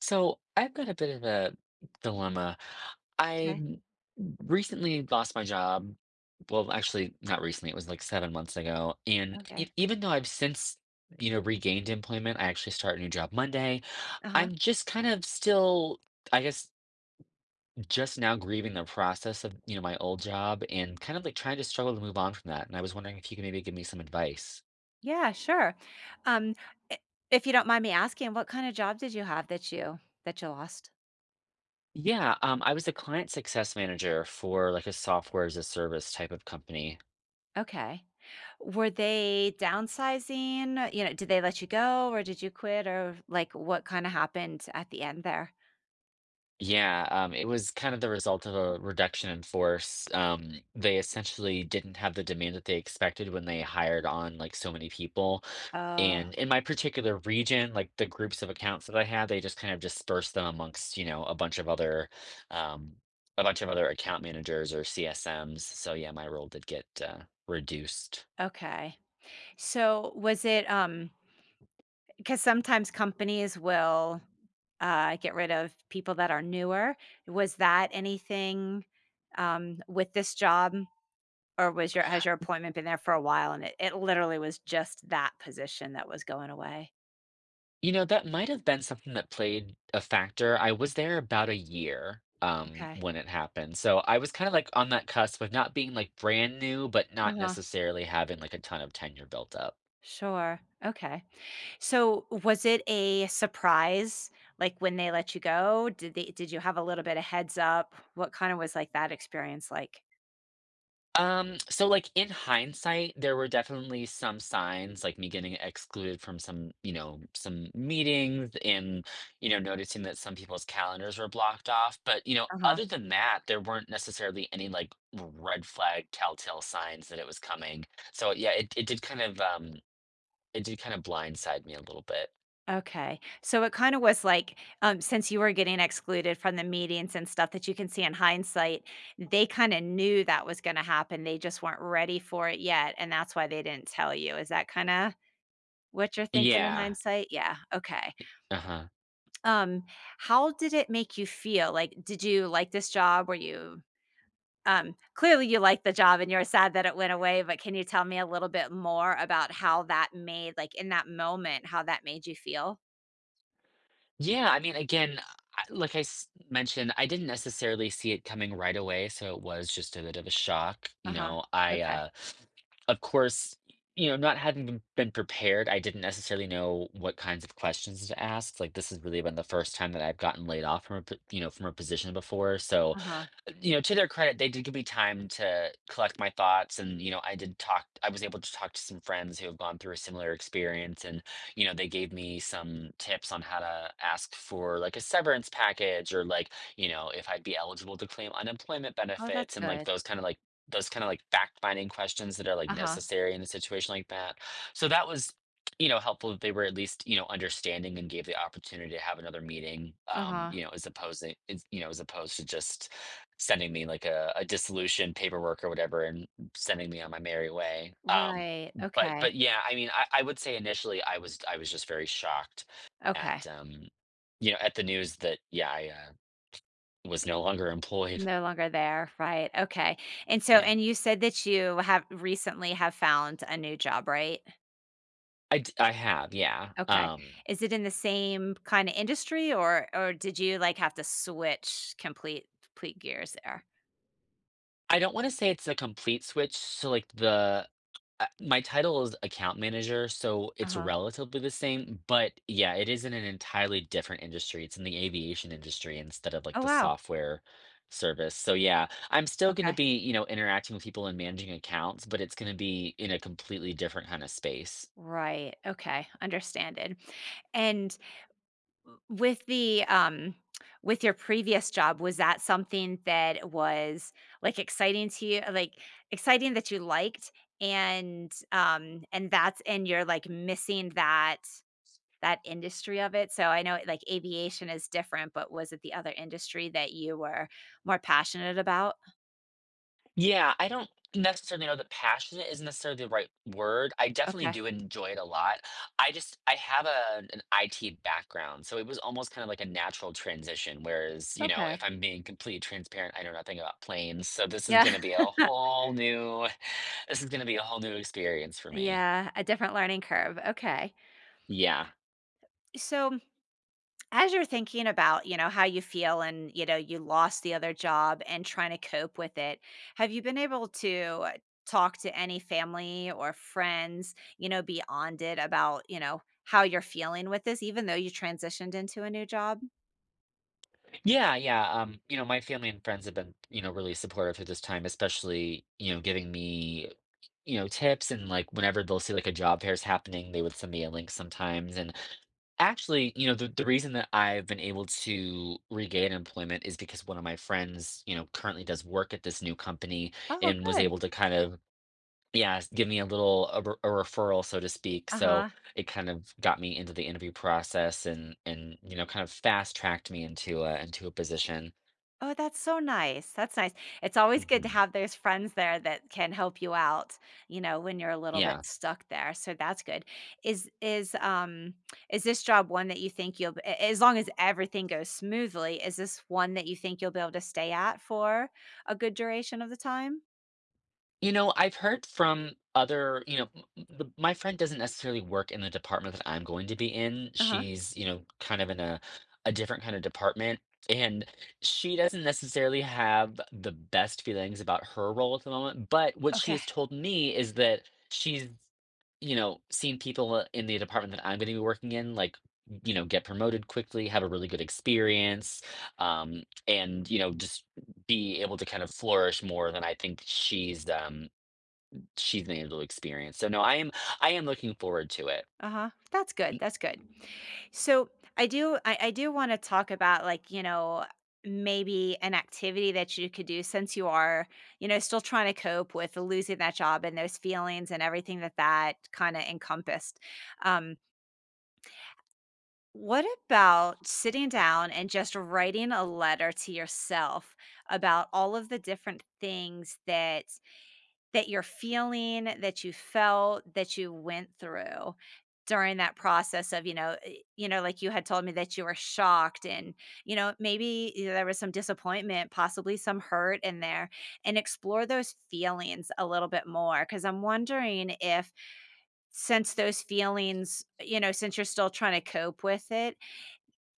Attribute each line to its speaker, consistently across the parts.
Speaker 1: So I've got a bit of a dilemma. I
Speaker 2: Okay,
Speaker 1: recently lost my job. Well, actually, not recently. It was like 7 months ago. And
Speaker 2: okay.
Speaker 1: even though I've since, you know, regained employment, I actually start a new job Monday.
Speaker 2: Uh-huh.
Speaker 1: I'm just kind of still, I guess, just now grieving the process of, you know, my old job and kind of like trying to struggle to move on from that. And I was wondering if you could maybe give me some advice.
Speaker 2: Yeah, sure. Um, I If you don't mind me asking, what kind of job did you have that you lost?
Speaker 1: Yeah, I was a client success manager for like a software as a service type of company.
Speaker 2: Okay. Were they downsizing? You know, did they let you go or did you quit or like what kind of happened at the end there?
Speaker 1: Yeah, it was kind of the result of a reduction in force. They essentially didn't have the demand that they expected when they hired on like so many people.
Speaker 2: Oh,
Speaker 1: And in my particular region, like the groups of accounts that I had, they just kind of dispersed them amongst, you know, a bunch of other, um, a bunch of other account managers or CSMs. So yeah, my role did get reduced.
Speaker 2: okay. So was it? 'Cause sometimes companies will, get rid of people that are newer. Was that anything, with this job, or was your has your appointment been there for a while and it literally was just that position that was going away?
Speaker 1: You know, that might have been something that played a factor. I was there about a year,
Speaker 2: Okay.
Speaker 1: when it happened, so I was kinda, like, on that cusp of not being, like, brand new, but not
Speaker 2: Uh-huh.
Speaker 1: necessarily having, like, a ton of tenure built up.
Speaker 2: Sure. Okay. So, was it a surprise, like, when they let you go? Did they did you have a little bit of heads up? What kinda was, like, that experience like?
Speaker 1: So, like, in hindsight, there were definitely some signs, like me getting excluded from some, you know, some meetings and, you know, noticing that some people's calendars were blocked off. But, you know,
Speaker 2: Uh-huh.
Speaker 1: other than that, there weren't necessarily any like red flag telltale signs that it was coming. So yeah, it did kind of it did kind of blindside me a little bit.
Speaker 2: Okay. So it kind of was like, since you were getting excluded from the meetings and stuff that you can see in hindsight, they kind of knew that was going to happen. They just weren't ready for it yet. And that's why they didn't tell you. Is that kind of what you're thinking in
Speaker 1: Yeah.
Speaker 2: hindsight? Yeah. Okay.
Speaker 1: Uh-huh.
Speaker 2: Um, how did it make you feel? Like, did you like this job? Were you, clearly you liked the job and you were sad that it went away, but can you tell me a little bit more about how that made, like in that moment, how that made you feel?
Speaker 1: Yeah, I mean, again, mentioned, I didn't necessarily see it coming right away, so it was just a bit of a shock.
Speaker 2: Uh
Speaker 1: You
Speaker 2: huh.
Speaker 1: know,
Speaker 2: Okay.
Speaker 1: of course, you know, not having been prepared, I didn't necessarily know what kinds of questions to ask. Like, this has really been the first time that I've gotten laid off from you know, from a position before, so
Speaker 2: Uh huh.
Speaker 1: you know, to their credit, they did give me time to collect my thoughts and, you know, I was able to talk to some friends who have gone through a similar experience and, you know, they gave me some tips on how to ask for like a severance package or like, you know, if I'd be eligible to claim unemployment
Speaker 2: Oh, that's
Speaker 1: benefits and like
Speaker 2: good.
Speaker 1: those kind of like fact finding questions that are like
Speaker 2: Uh-huh,
Speaker 1: necessary in a situation like that. So that was you know helpful that they were at least you know understanding and gave the opportunity to have another meeting
Speaker 2: uh-huh.
Speaker 1: you know as opposed to, you know as opposed to just sending me like a dissolution paperwork or whatever and sending me on my merry way.
Speaker 2: Right,
Speaker 1: But
Speaker 2: okay,
Speaker 1: yeah, I mean, I would say initially I was just very shocked
Speaker 2: okay.
Speaker 1: at you know, at the news that yeah, I was no longer employed.
Speaker 2: No longer there, right, okay. And so
Speaker 1: Yeah,
Speaker 2: and you said that you have recently have found a new job, right?
Speaker 1: I have, yeah.
Speaker 2: Okay. Is it in the same kinda industry or did you, like, have to switch complete gears there?
Speaker 1: I don't wanna say it's a complete switch, so, like, the my title is account manager, so it's
Speaker 2: Uh-huh.
Speaker 1: relatively the same, but, yeah, it is in an entirely different industry. It's in the aviation industry instead of, like,
Speaker 2: Oh,
Speaker 1: the
Speaker 2: wow,
Speaker 1: software service, so, yeah, I'm still gonna
Speaker 2: okay.
Speaker 1: be, you know, interacting with people and managing accounts, but it's gonna be in a completely different kinda space.
Speaker 2: Right, okay, understanded. And with the, with your previous job, was that something that was, like, exciting to you like, exciting that you liked and that's and you're, like, missing that that industry of it? So I know, like, aviation is different, but was it the other industry that you were more passionate about?
Speaker 1: Yeah, I don't necessarily know that passionate is necessarily the right word. I definitely
Speaker 2: Okay,
Speaker 1: do enjoy it a lot. I have a an IT background, so it was almost kind of like a natural transition. Whereas, you know,
Speaker 2: okay.
Speaker 1: if I'm being completely transparent, I know nothing about planes. So this is
Speaker 2: Yeah.
Speaker 1: gonna be a whole new this is gonna be a whole new experience for me.
Speaker 2: Yeah, a different learning curve, okay.
Speaker 1: Yeah.
Speaker 2: So as you're thinking about, you know, how you feel and, you know, you lost the other job and trying to cope with it, have you been able to talk to any family or friends, you know, beyond it about, you know, how you're feeling with this, even though you transitioned into a new job?
Speaker 1: Yeah, yeah. You know, my family and friends have been, you know, really supportive through this time, especially, you know, giving me, you know, tips and like whenever they'll see like a job fair is happening, they would send me a link sometimes. And actually, you know, the reason that I've been able to regain employment is because one of my friends, you know, currently does work at this new company
Speaker 2: Oh,
Speaker 1: and was
Speaker 2: good.
Speaker 1: able to kind of, yeah, give me a little a, re- a referral, so to speak.
Speaker 2: Uh
Speaker 1: So
Speaker 2: huh.
Speaker 1: it kind of got me into the interview process and you know, kind of fast tracked me into a position.
Speaker 2: Oh, that's so nice. That's nice. It's always good to
Speaker 1: Mhm.
Speaker 2: have those friends there that can help you out, you know, when you're a little bit
Speaker 1: Yeah.
Speaker 2: stuck there. So that's good. Is is is this job one that you think you'll b- a- as long as everything goes smoothly, is this one that you think you'll be able to stay at for a good duration of the time?
Speaker 1: You know, I've heard from other, you know, my friend doesn't necessarily work in the department that I'm going to be in.
Speaker 2: Uh-huh.
Speaker 1: She's, you know, kind of in a different kind of department, and she doesn't necessarily have the best feelings about her role at the moment. But what she
Speaker 2: Okay.
Speaker 1: has told me is that she's you know, seen people in the department that I'm gonna be working in, like, you know, get promoted quickly, have a really good experience, and, you know, just be able to kind of flourish more than I think she's been able to experience. So, no, I am looking forward to it.
Speaker 2: Uh-huh. That's good, that's good. So I do I do want to talk about like, you know, maybe an activity that you could do since you are, you know, still trying to cope with losing that job and those feelings and everything that that kind of encompassed. Um, what about sitting down and just writing a letter to yourself about all of the different things that that you're feeling, that you felt, that you went through during that process of, you know, you know, like you had told me that you were shocked and, you know, maybe you know, there was some disappointment, possibly some hurt in there, and explore those feelings a little bit more. Cause I'm wondering if since those feelings, you know, since you're still trying to cope with it,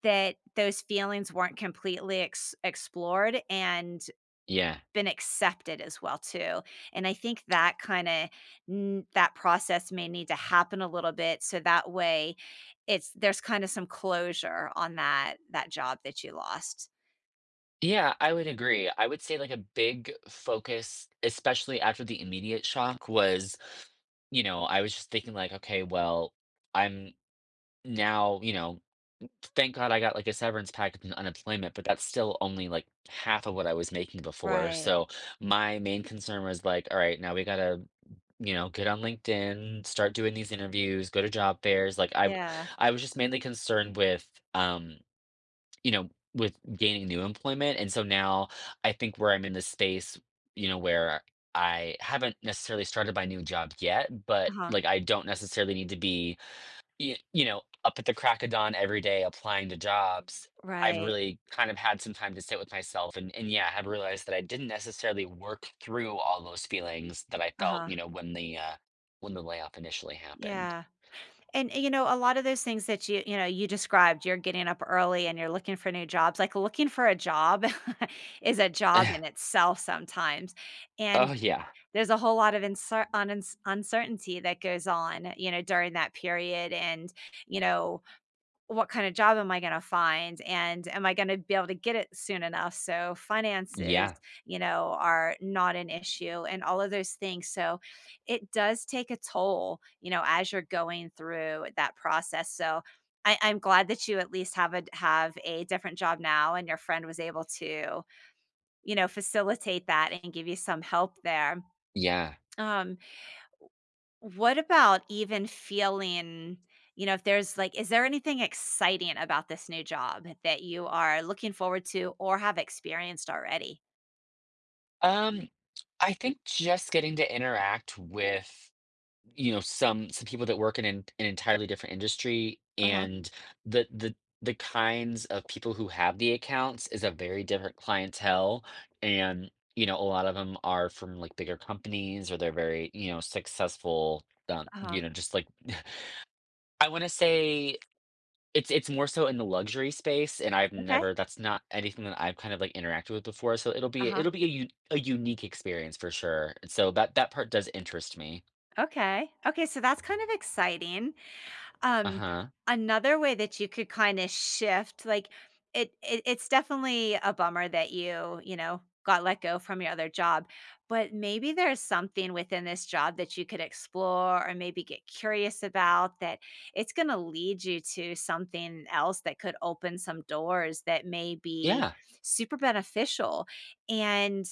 Speaker 2: that those feelings weren't completely explored and
Speaker 1: Yeah.
Speaker 2: been accepted as well too. And I think that kind of that process may need to happen a little bit so that way it's there's kind of some closure on that that job that you lost.
Speaker 1: Yeah, I would agree. I would say, like, a big focus, especially after the immediate shock was, you know, I was just thinking like, "Okay, well, I'm now" you know, thank God I got, like, a severance package and unemployment, but that's still only, like, half of what I was making before,
Speaker 2: Right.
Speaker 1: so my main concern was, like, "Alright, now we gotta, you know, get on LinkedIn, start doing these interviews, go to job fairs," like,
Speaker 2: Yeah.
Speaker 1: I was just mainly concerned with, you know, with gaining new employment, and so now I think where I'm in this space, you know, where I haven't necessarily started my new job yet, but,
Speaker 2: Uh-huh.
Speaker 1: like, I don't necessarily need to be you know, up at the crack of dawn every day applying to jobs. I've
Speaker 2: Right.
Speaker 1: really kind of had some time to sit with myself and yeah, have realized that I didn't necessarily work through all those feelings that I felt,
Speaker 2: Uh-huh.
Speaker 1: you know, when the layoff initially happened.
Speaker 2: Yeah. And you know, a lot of those things that you know, you described, you're getting up early and you're looking for new jobs. Like looking for a job is a job in itself sometimes. And
Speaker 1: Oh yeah.
Speaker 2: there's a whole lot of uncertainty that goes on, you know, during that period and, you know, what kind of job am I gonna find, and am I gonna be able to get it soon enough? So, finances,
Speaker 1: Yeah.
Speaker 2: you know, are not an issue and all of those things, so it does take a toll, you know, as you're going through that process, so I'm glad that you at least have a different job now and your friend was able to, you know, facilitate that and give you some help there.
Speaker 1: Yeah.
Speaker 2: Um, what about even feeling you know, if there's like is there anything exciting about this new job that you are looking forward to or have experienced already?
Speaker 1: Um I think just getting to interact with you know, some people that work in an entirely different industry
Speaker 2: Uh-huh,
Speaker 1: and the the the kinds of people who have the accounts is a very different clientele and, you know, a lot of them are from, like, bigger companies or they're very, you know, successful,
Speaker 2: uh-huh.
Speaker 1: you know, just like I wanna say it's more so in the luxury space, and I've
Speaker 2: Okay,
Speaker 1: never that's not anything that I've kind of, like, interacted with before, so
Speaker 2: uh-huh,
Speaker 1: it'll be a unique experience for sure, and so that that part does interest me.
Speaker 2: okay. Okay, so that's kind of exciting. Um,
Speaker 1: Uh-huh.
Speaker 2: Another way that you could kind of shift, like it it's definitely a bummer that you know, got let go from your other job, but maybe there's something within this job that you could explore or maybe get curious about that it's going to lead you to something else that could open some doors that may be
Speaker 1: Yeah,
Speaker 2: super beneficial. And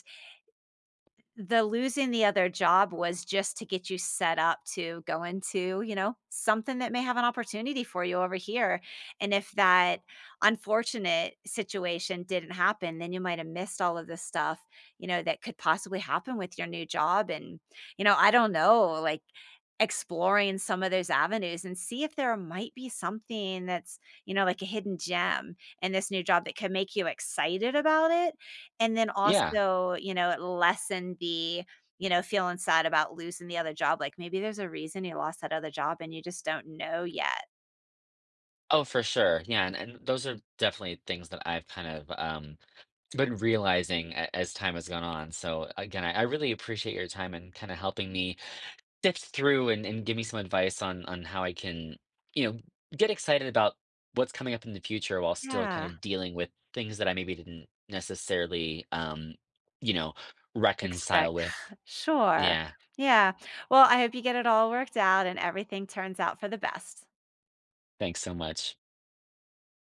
Speaker 2: the losing the other job was just to get you set up to go into, you know, something that may have an opportunity for you over here, and if that unfortunate situation didn't happen, then you might have missed all of this stuff, you know, that could possibly happen with your new job, and, you know, I don't know, like, exploring some of those avenues and see if there might be something that's, you know, like a hidden gem in this new job that could make you excited about it, and then
Speaker 1: yeah.
Speaker 2: also, you know, it lessen the, you know, feeling sad about losing the other job, like, maybe there's a reason you lost that other job and you just don't know yet.
Speaker 1: Oh, for sure. Yeah, and those are definitely things that I've kind of, been realizing a as time has gone on, so, again, I really appreciate your time and kinda helping me sift through and give me some advice on how I can, you know, get excited about what's coming up in the future while still kinda
Speaker 2: Yeah,
Speaker 1: dealing with things that I maybe didn't necessarily, you know, reconcile
Speaker 2: expect.
Speaker 1: with.
Speaker 2: Sure.
Speaker 1: Yeah,
Speaker 2: Yeah. Well, I hope you get it all worked out and everything turns out for the best.
Speaker 1: thanks so much.